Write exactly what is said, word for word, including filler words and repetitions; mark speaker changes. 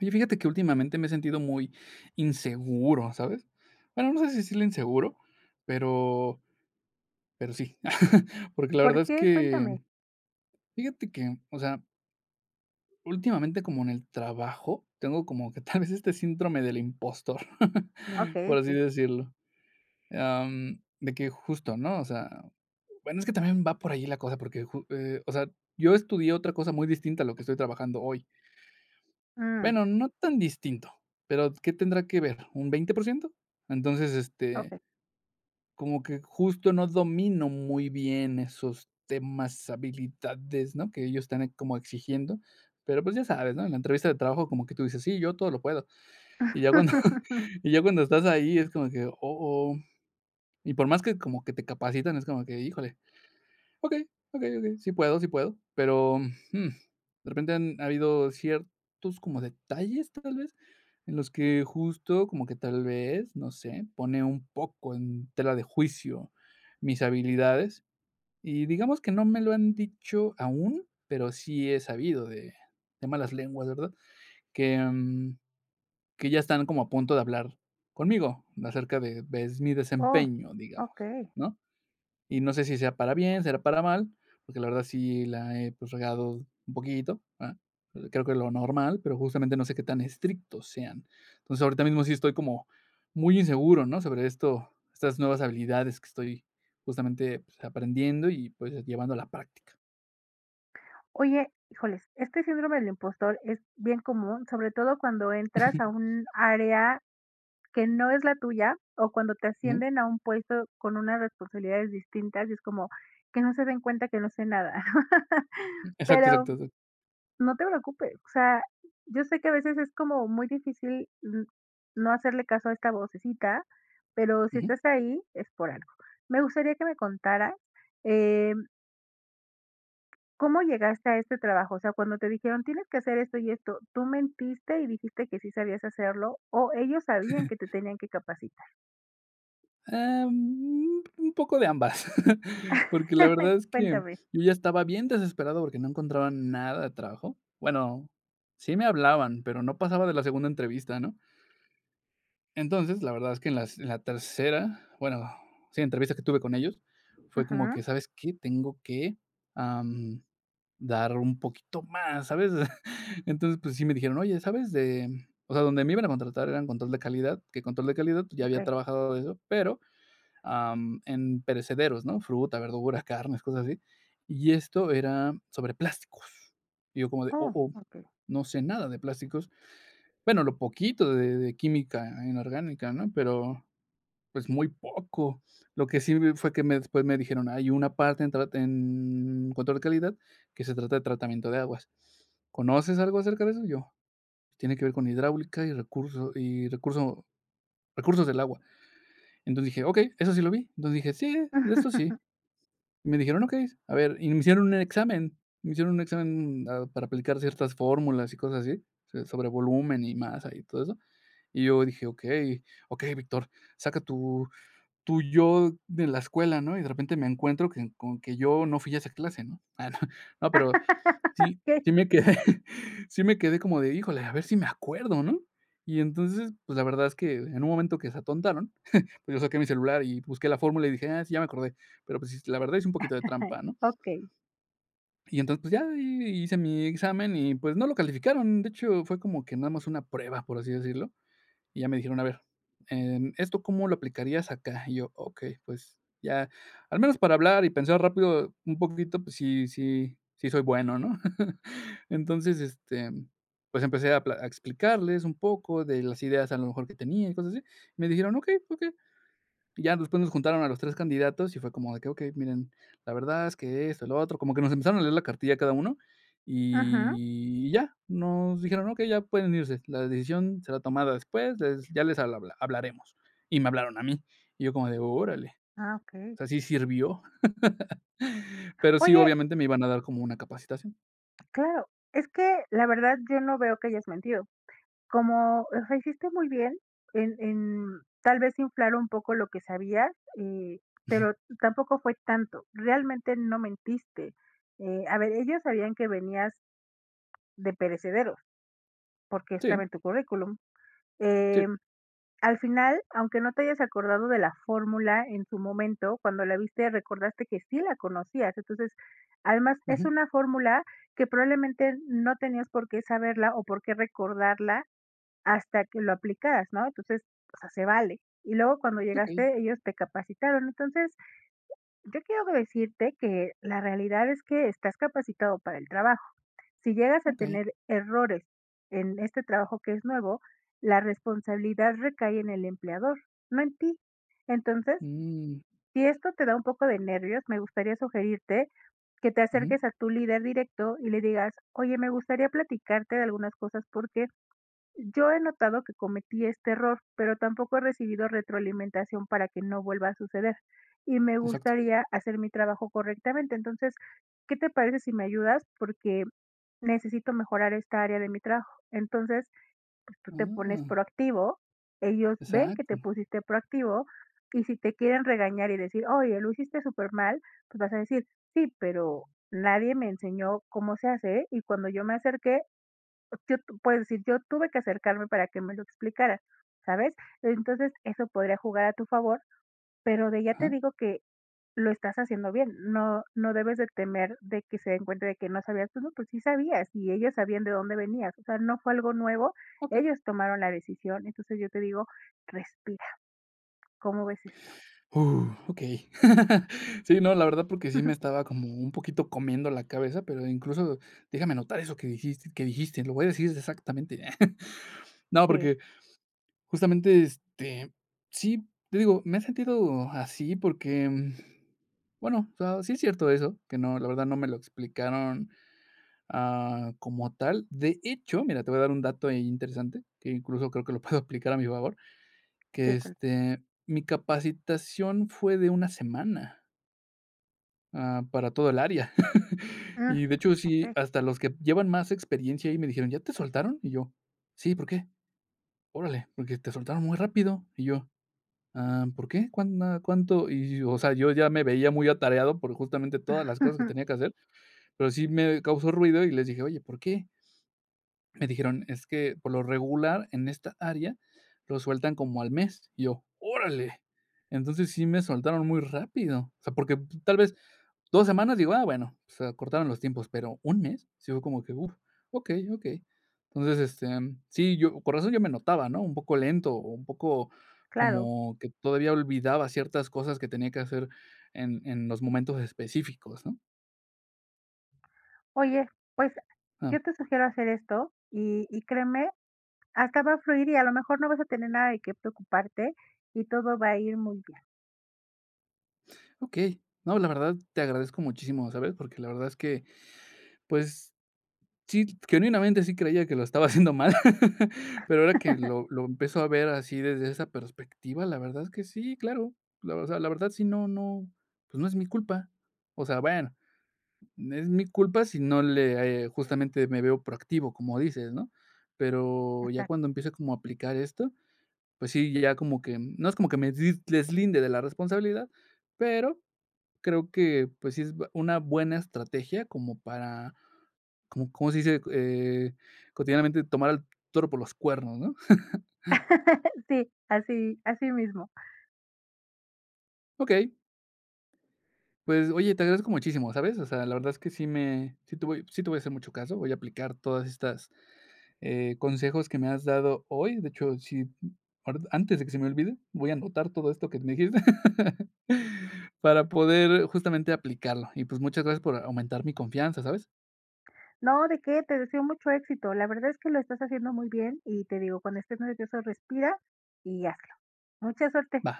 Speaker 1: Oye, fíjate que últimamente me he sentido muy inseguro, ¿sabes? Bueno, no sé si decirle inseguro, pero pero sí. Porque la
Speaker 2: ¿Por
Speaker 1: verdad es
Speaker 2: qué?
Speaker 1: que,
Speaker 2: Cuéntame.
Speaker 1: fíjate que, o sea, últimamente como en el trabajo, tengo como que tal vez este síndrome del impostor,
Speaker 2: Okey,
Speaker 1: por así
Speaker 2: sí.
Speaker 1: decirlo. Am, de que justo, ¿no? O sea, bueno, es que también va por ahí la cosa, porque ju eh, o sea, yo estudié otra cosa muy distinta a lo que estoy trabajando hoy.
Speaker 2: Mm,
Speaker 1: Bueno, no tan distinto, pero ¿qué tendrá que ver? ¿Un veinte por ciento? Entonces, este,
Speaker 2: okey.
Speaker 1: como que justo no domino muy bien esos temas, habilidades, ¿no? Que ellos están como exigiendo, pero, pues, ya sabes, ¿no? En la entrevista de trabajo como que tú dices: "Sí, yo todo lo puedo". Y ya cuando y ya cuando estás ahí es como que, oh, oh. Y por más que como que te capacitan, es como que, híjole, ok, ok, ok, sí puedo, sí puedo, pero, mm, de repente han habido ciertos como detalles, tal vez, en los que justo como que tal vez, no sé, pone un poco en tela de juicio mis habilidades, y digamos que no me lo han dicho aún, pero sí he sabido de de malas lenguas, ¿verdad? Que, mm, que ya están como a punto de hablar conmigo acerca de, pues, mi
Speaker 2: Oh,
Speaker 1: desempeño, digamos,
Speaker 2: okey.
Speaker 1: ¿no? Y no sé si sea para bien, será para mal, porque la verdad sí la he, pues, regado un poquito, ¿verdad? Creo que lo normal, pero justamente no sé qué tan estrictos sean. Entonces, ahorita mismo sí estoy como muy inseguro, ¿no? Sobre esto, estas nuevas habilidades que estoy justamente, pues, aprendiendo y, pues, llevando a la práctica.
Speaker 2: Oye, híjoles, este síndrome del impostor es bien común, sobre todo cuando entras a un área que no es la tuya, o cuando te
Speaker 1: Ujú.
Speaker 2: ascienden a un puesto con unas responsabilidades distintas, y es como que no se den cuenta que no sé nada,
Speaker 1: Exacto,
Speaker 2: pero
Speaker 1: exacto, exacto.
Speaker 2: no te preocupes, o sea, yo sé que a veces es como muy difícil n no hacerle caso a esta vocecita, pero si
Speaker 1: Ujú.
Speaker 2: estás ahí es por algo. Me gustaría que me contaras, em, ¿cómo llegaste a este trabajo? O sea, cuando te dijeron: "Tienes que hacer esto y esto", ¿tú mentiste y dijiste que sí sabías hacerlo, o ellos sabían que te tenían que capacitar?
Speaker 1: Ah, mm, un poco de ambas, porque la verdad es que
Speaker 2: Cuéntame.
Speaker 1: yo ya estaba bien desesperado porque no encontraba nada de trabajo. Bueno, sí me hablaban, pero no pasaba de la segunda entrevista, ¿no? Entonces, la verdad es que en las en la tercera, bueno, sí, entrevista que tuve con ellos, fue como que,
Speaker 2: Ujú,
Speaker 1: ¿sabes qué? Tengo que, am, dar un poquito más, ¿sabes? Entonces, pues sí me dijeron: "Oye, ¿sabes de?" O sea, donde me iban a contratar eran control de calidad, que control de calidad, pues, ya había
Speaker 2: okey.
Speaker 1: trabajado de eso, pero am, en perecederos, ¿no? Fruta, verdura, carnes, cosas así. Y esto era sobre plásticos. Y yo como de, oh,
Speaker 2: Oh,
Speaker 1: oh,
Speaker 2: okey.
Speaker 1: no sé nada de plásticos. Bueno, lo poquito de, de química inorgánica, ¿no? Pero pues muy poco. Lo que sí vi fue que me, después me dijeron, hay una parte en, tra- en control de calidad que se trata de tratamiento de aguas. ¿Conoces algo acerca de eso? Yo, tiene que ver con hidráulica y recursos y recurso, recursos del agua. Entonces dije, ok, eso sí lo vi. Entonces dije, sí, de esto sí. Me dijeron: "Okey", a ver, y me hicieron un examen, me hicieron un examen, ah, para aplicar ciertas fórmulas y cosas así, so sobre volumen y masa y todo eso. Y yo dije: "Okey, okey, Víctor, saca tu tu yo de la escuela", ¿no? Y de repente me encuentro que con que yo no fui a esa clase, ¿no? Ah, no, no, pero sí,
Speaker 2: Okey,
Speaker 1: sí me quedé sí me quedé como de: "Híjole, a ver si me acuerdo", ¿no? Y entonces, pues, la verdad es que en un momento que se atontaron, pues, yo saqué mi celular y busqué la fórmula y dije: "Ah, sí, ya me acordé", pero, pues, sí, la verdad es un poquito de trampa, ¿no?
Speaker 2: okey.
Speaker 1: Y entonces, pues, ya ahí hice mi examen y, pues, no lo calificaron. De hecho, fue como que nada más una prueba, por así decirlo. Y ya me dijeron: "A ver, en ¿esto cómo lo aplicarías acá?". Y yo: "Okey, pues, ya, al menos para hablar y pensar rápido un poquito, pues, sí sí sí soy bueno", ¿no? Entonces, este, pues, empecé a pla a explicarles un poco de las ideas, a lo mejor, que tenía y cosas así. Me dijeron: "Okey, okey". Y ya después nos juntaron a los tres candidatos y fue como de que: "Okey, miren, la verdad es que esto, lo otro", como que nos empezaron a leer la cartilla cada uno,
Speaker 2: Ujú.
Speaker 1: y ya, nos dijeron: "Okey, ya pueden irse, la decisión será tomada después, les ya les habla hablaremos". Y me hablaron a mí, y yo como de: "Órale",
Speaker 2: Ah,
Speaker 1: o
Speaker 2: okey.
Speaker 1: sea, sí sirvió, pero sí,
Speaker 2: Oye,
Speaker 1: obviamente me iban a dar como una capacitación.
Speaker 2: claro, es que la verdad yo no veo que hayas mentido. Como, o sea, hiciste muy bien en en tal vez inflar un poco lo que sabías, eh, pero tampoco fue tanto. Realmente no mentiste. Eh, a ver, ellos sabían que venías de perecederos, porque
Speaker 1: Sí,
Speaker 2: estaba en tu currículum.
Speaker 1: sí,
Speaker 2: Em Al final, aunque no te hayas acordado de la fórmula en su momento, cuando la viste recordaste que sí la conocías. Entonces, además es
Speaker 1: ujú,
Speaker 2: una fórmula que probablemente no tenías por qué saberla o por qué recordarla hasta que lo aplicaras, ¿no? Entonces, o sea, se vale. Y luego cuando
Speaker 1: okey,
Speaker 2: llegaste, ellos te capacitaron. Entonces, yo quiero decirte que la realidad es que estás capacitado para el trabajo. Si llegas a
Speaker 1: okey,
Speaker 2: tener errores en este trabajo que es nuevo, la responsabilidad recae en el empleador, no en ti. Entonces,
Speaker 1: mm,
Speaker 2: si esto te da un poco de nervios, me gustaría sugerirte que te
Speaker 1: ujú,
Speaker 2: acerques a tu líder directo y le digas: oye, me gustaría platicarte de algunas cosas porque yo he notado que cometí este error, pero tampoco he recibido retroalimentación para que no vuelva a suceder y me
Speaker 1: exacto.
Speaker 2: gustaría hacer mi trabajo correctamente. Entonces, ¿qué te parece si me ayudas? Porque necesito mejorar esta área de mi trabajo. Entonces, pues, tú te pones
Speaker 1: Ah,
Speaker 2: proactivo, ellos ven que
Speaker 1: exacto,
Speaker 2: te pusiste proactivo y si te quieren regañar y decir: oye, lo hiciste súper mal, pues vas a decir: sí, pero nadie me enseñó cómo se hace y cuando yo me acerqué, yo tu puedes decir: yo tuve que acercarme para que me lo explicara, ¿sabes? Entonces, eso podría jugar a tu favor, pero de ya te
Speaker 1: ajá,
Speaker 2: digo que lo estás haciendo bien, no no debes de temer de que se den cuenta de que no sabías, pues no, pues sí sabías y ellos sabían de dónde venías, o sea, no fue algo nuevo,
Speaker 1: okey.
Speaker 2: ellos tomaron la decisión, entonces yo te digo, respira, ¿cómo ves esto?
Speaker 1: Uh, okey. Sí, no, la verdad, porque sí me estaba como un poquito comiendo la cabeza, pero incluso déjame anotar eso que dijiste que dijiste, lo voy a decir exactamente. No,
Speaker 2: Sí,
Speaker 1: porque justamente, este, sí, te digo, me he sentido así porque, mm, bueno, o sea, sí es cierto eso, que no, la verdad no me lo explicaron, ah, como tal. De hecho, mira, te voy a dar un dato ahí interesante, que incluso creo que lo puedo aplicar a mi favor, que,
Speaker 2: sí, cuen
Speaker 1: este, mi capacitación fue de una semana. Ah, para todo el área.
Speaker 2: mm,
Speaker 1: Y de hecho, sí,
Speaker 2: okey.
Speaker 1: hasta los que llevan más experiencia ahí me dijeron: "¿Ya te soltaron?" Y yo: "Sí, ¿por qué?". "Órale, porque te soltaron muy rápido". Y yo: "Ah, ¿por qué? ¿Cuán cuánto?". Y, o sea, yo ya me veía muy atareado por justamente todas las cosas que tenía que hacer, pero sí me causó ruido y les dije: "Oye, ¿por qué?". Me dijeron: "Es que por lo regular en esta área lo sueltan como al mes". Y yo: "Órale". Entonces sí me soltaron muy rápido. O sea, porque tal vez dos semanas digo: "Ah, bueno, pues acortaron los tiempos", pero, ¿un mes? Sí fue como que, uff, okey, okey. Entonces, este, sí, yo por razón yo me notaba, ¿no? Un poco lento, o un poco
Speaker 2: Claro.
Speaker 1: como que todavía olvidaba ciertas cosas que tenía que hacer en en los momentos específicos, ¿no?
Speaker 2: Oye, pues
Speaker 1: Ah,
Speaker 2: yo te sugiero hacer esto y y créeme. Hasta va a fluir y a lo mejor no vas a tener nada de qué preocuparte y todo va a ir muy bien.
Speaker 1: okey. No, la verdad te agradezco muchísimo, ¿sabes? Porque la verdad es que, pues, sí, genuinamente sí creía que lo estaba haciendo mal, pero ahora que lo lo empiezo a ver así desde esa perspectiva, la verdad es que sí, claro. La O sea, la verdad sí, no no, pues no es mi culpa. O sea, bueno, es mi culpa si no le, eh, justamente me veo proactivo, como dices, ¿no? Pero ya
Speaker 2: Exacto.
Speaker 1: cuando empiezo como a aplicar esto, pues sí, ya como que no es como que me dis deslinde de la responsabilidad, pero creo que, pues, sí es b una buena estrategia como para, como ¿cómo se dice? Eh, cotidianamente tomar al toro por los cuernos, ¿no?
Speaker 2: Sí, así así mismo.
Speaker 1: Okey, pues, oye, te agradezco muchísimo, ¿sabes? O sea, la verdad es que sí me sí te voy sí te voy a hacer mucho caso, voy a aplicar todas estas, eh, consejos que me has dado hoy. De hecho, sí, ahori antes de que se me olvide, voy a anotar todo esto que me dijiste para poder justamente aplicarlo. Y, pues, muchas gracias por aumentar mi confianza, ¿sabes?
Speaker 2: No, ¿de qué? Te deseo mucho éxito. La verdad es que lo estás haciendo muy bien y te digo, cuando estés nervioso, respira y hazlo. Mucha suerte.
Speaker 1: Va.